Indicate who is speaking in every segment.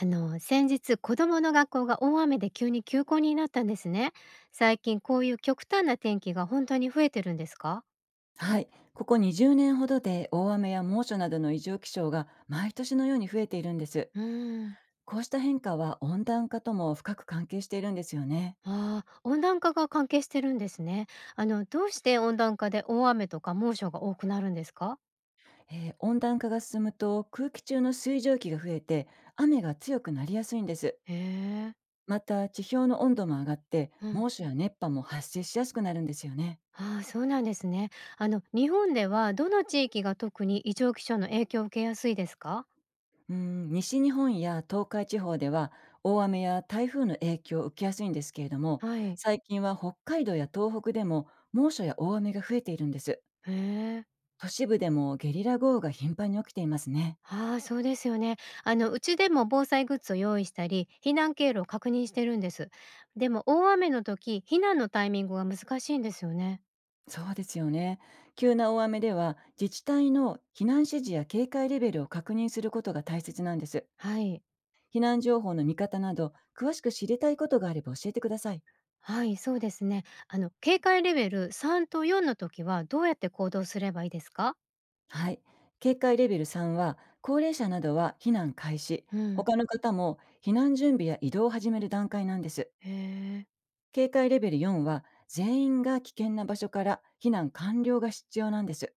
Speaker 1: 先日子供の学校が大雨で急に休校になったんですね。最近こういう極端な天気が本当に増えてるんですか？
Speaker 2: はい、ここ20年ほどで大雨や猛暑などの異常気象が毎年のように増えているんです。
Speaker 1: うーん。
Speaker 2: こうした変化は温暖化とも深く関係しているんですよね。
Speaker 1: ああー温暖化が関係してるんですね。どうして温暖化で大雨とか猛暑が多くなるんですか？
Speaker 2: 温暖化が進むと空気中の水蒸気が増えて雨が強くなりやすいんです。
Speaker 1: へえ。
Speaker 2: また地表の温度も上がって
Speaker 1: うん。
Speaker 2: 猛暑や熱波も発生しやすくなるんですよね。
Speaker 1: ああーそうなんですね。日本ではどの地域が特に異常気象の影響を受けやすいですか？
Speaker 2: うん、西日本や東海地方では大雨や台風の影響を受けやすいんですけれども、
Speaker 1: はい。
Speaker 2: 最近は北海道や東北でも猛暑や大雨が増えているんです。
Speaker 1: へえ。
Speaker 2: 都市部でもゲリラ豪雨が頻繁に起きていますね。
Speaker 1: ああ、そうですよね。うちでも防災グッズを用意したり、避難経路を確認してるんです。でも、大雨の時、避難のタイミングが難しいんですよね。
Speaker 2: そうですよね。急な大雨では自治体の避難指示や警戒レベルを確認することが大切なんです。
Speaker 1: はい。
Speaker 2: 避難情報の見方など詳しく知りたいことがあれば教えてください。
Speaker 1: はい、そうですね。警戒レベル3と4の時は、どうやって行動すればいいですか？
Speaker 2: はい。警戒レベル3は、高齢者などは避難開始、
Speaker 1: うん。
Speaker 2: 他の方も避難準備や移動を始める段階なんです。
Speaker 1: へえ。
Speaker 2: 警戒レベル4は、全員が危険な場所から避難完了が必要なんです。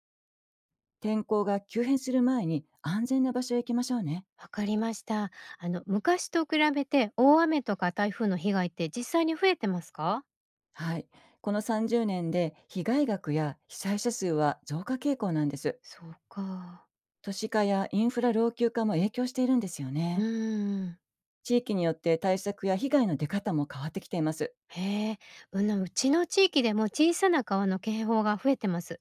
Speaker 2: 天候が急変する前に安全な場所へ行きましょうね。
Speaker 1: わかりました。昔と比べて、大雨とか台風の被害って実際に増えてますか？
Speaker 2: はい。この30年で被害額や被災者数は増加傾向なんです。
Speaker 1: そうか。
Speaker 2: 都市化やインフラ老朽化も影響しているんですよ
Speaker 1: う
Speaker 2: ね。
Speaker 1: ーん。
Speaker 2: 地域によって対策や被害の出方も変わってきています。
Speaker 1: へえ。うん、うちの地域でも小さな川の警報が増えてます。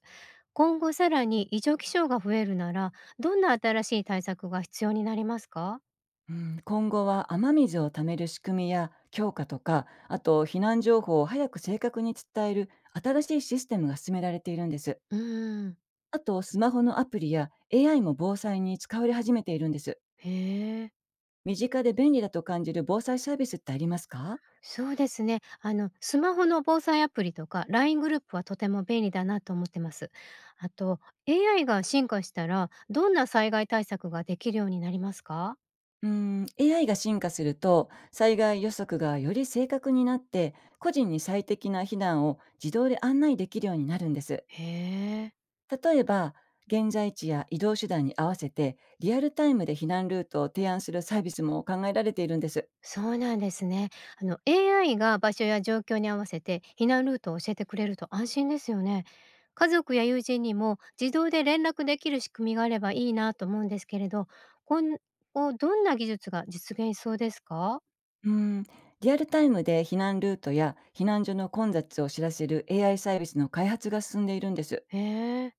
Speaker 1: 今後さらに異常気象が増えるなら、どんな新しい対策が必要になりますか？
Speaker 2: うん、今後は雨水を貯める仕組みや強化とか、あと避難情報を早く正確に伝える新しいシステムが進められているんです。
Speaker 1: うーん。
Speaker 2: あとスマホのアプリや AI も防災に使われ始めているんです。
Speaker 1: へえ。
Speaker 2: 身近で便利だと感じる防災サービスってありますか？
Speaker 1: そうですね。スマホの防災アプリとか LINE グループはとても便利だなと思ってます。あと、AI が進化したら、どんな災害対策ができるようになりますか？
Speaker 2: うん、AI が進化すると災害予測がより正確になって、個人に最適な避難を自動で案内できるようになるんです。
Speaker 1: へえ。
Speaker 2: 例えば、現在地や移動手段に合わせて、リアルタイムで避難ルートを提案するサービスも考えられているんです。
Speaker 1: そうなんですね。AI が場所や状況に合わせて避難ルートを教えてくれると安心ですよね。家族や友人にも自動で連絡できる仕組みがあればいいなと思うんですけれど、こんどんな技術が実現しそうですか？
Speaker 2: うん、リアルタイムで避難ルートや避難所の混雑を知らせる AI サービスの開発が進んでいるんです。
Speaker 1: へえ。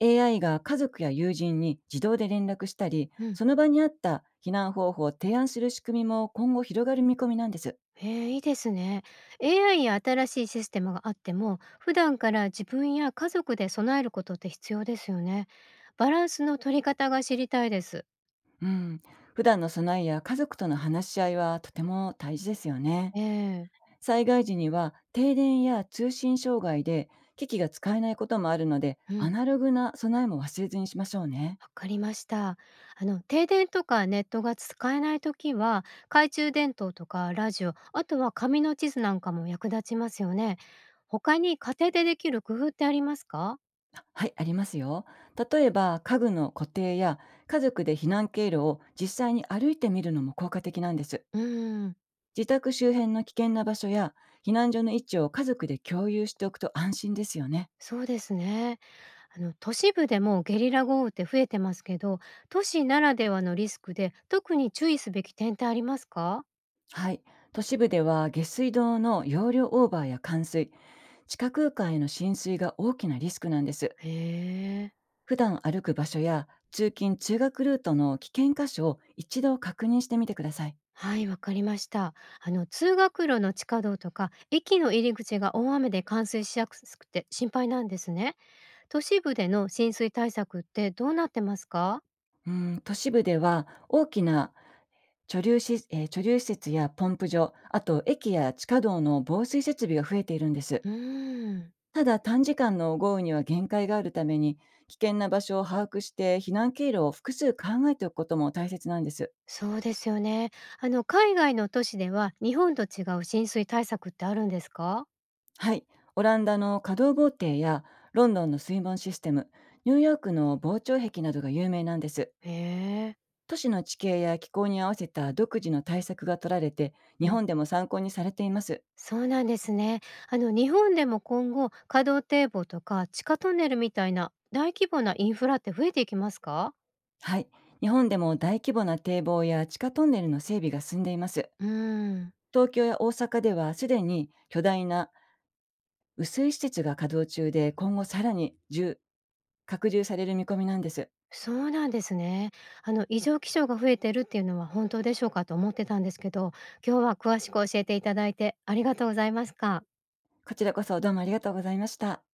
Speaker 2: AI が家族や友人に自動で連絡したり、
Speaker 1: うん。
Speaker 2: その場にあった避難方法を提案する仕組みも今後広がる見込みなんです。
Speaker 1: へえ、いいですね。AI や新しいシステムがあっても、普段から自分や家族で備えることって必要ですよね。バランスの取り方が知りたいです。
Speaker 2: うん、普段の備えや家族との話し合いはとても大事ですよね。
Speaker 1: ええ、
Speaker 2: 災害時には停電や通信障害で機器が使えないこともあるので、
Speaker 1: う
Speaker 2: ア
Speaker 1: ん。
Speaker 2: ナログな備えも忘れずにしましょうね。
Speaker 1: わかりました。停電とかネットが使えないときは、懐中電灯とかラジオ、あとは紙の地図なんかも役立ちますよね。他に家庭でできる工夫ってありますか？
Speaker 2: はい、ありますよ。例えば家具の固定や、家族で避難経路を実際に歩いてみるのも効果的なんです。
Speaker 1: うーん。
Speaker 2: 自宅周辺の危険な場所や避難所の位置を家族で共有しておくと安心ですよね。
Speaker 1: そうですね。都市部でもゲリラ豪雨って増えてますけど、都市ならではのリスクで特に注意すべき点ってありますか？
Speaker 2: はい、都市部では下水道の容量オーバーや冠水、地下空間への浸水が大きなリスクなんです。
Speaker 1: へえ。
Speaker 2: 普段歩く場所や通勤通学ルートの危険箇所を一度確認してみてください。
Speaker 1: はい、わかりました。通学路の地下道とか駅の入り口が大雨で冠水しやすくて心配なんですね。都市部での浸水対策ってどうなってますか？
Speaker 2: うん、都市部では大きな貯留し、えー貯留施設やポンプ場、あと駅や地下道の防水設備が増えているんです。
Speaker 1: うーん。
Speaker 2: ただ短時間の豪雨には限界があるために、危険な場所を把握して避難経路を複数考えておくことも大切なんです。
Speaker 1: そうですよね。海外の都市では日本と違う浸水対策ってあるんですか？
Speaker 2: はい。オランダの可動防堤やロンドンの水門システム、ニューヨークの防潮壁などが有名なんです。
Speaker 1: へえ。
Speaker 2: 都市の地形や気候に合わせた独自の対策が取られて、
Speaker 1: う
Speaker 2: 日
Speaker 1: ん、
Speaker 2: 本でも参考にされています。
Speaker 1: そうなんですね。日本でも今後稼働堤防とか地下トンネルみたいな大規模なインフラって増えていきますか？
Speaker 2: はい。日本でも大規模な堤防や地下トンネルの整備が進んでいます。
Speaker 1: うーん。
Speaker 2: 東京や大阪ではすでに巨大な雨水施設が稼働中で、今後さらに充拡充される見込みなんです。
Speaker 1: そうなんですね。異常気象が増えてるっていうのは本当でしょうかと思ってたんですけど、今日は詳しく教えていただいてありがとうございますか？
Speaker 2: こちらこそどうもありがとうございました。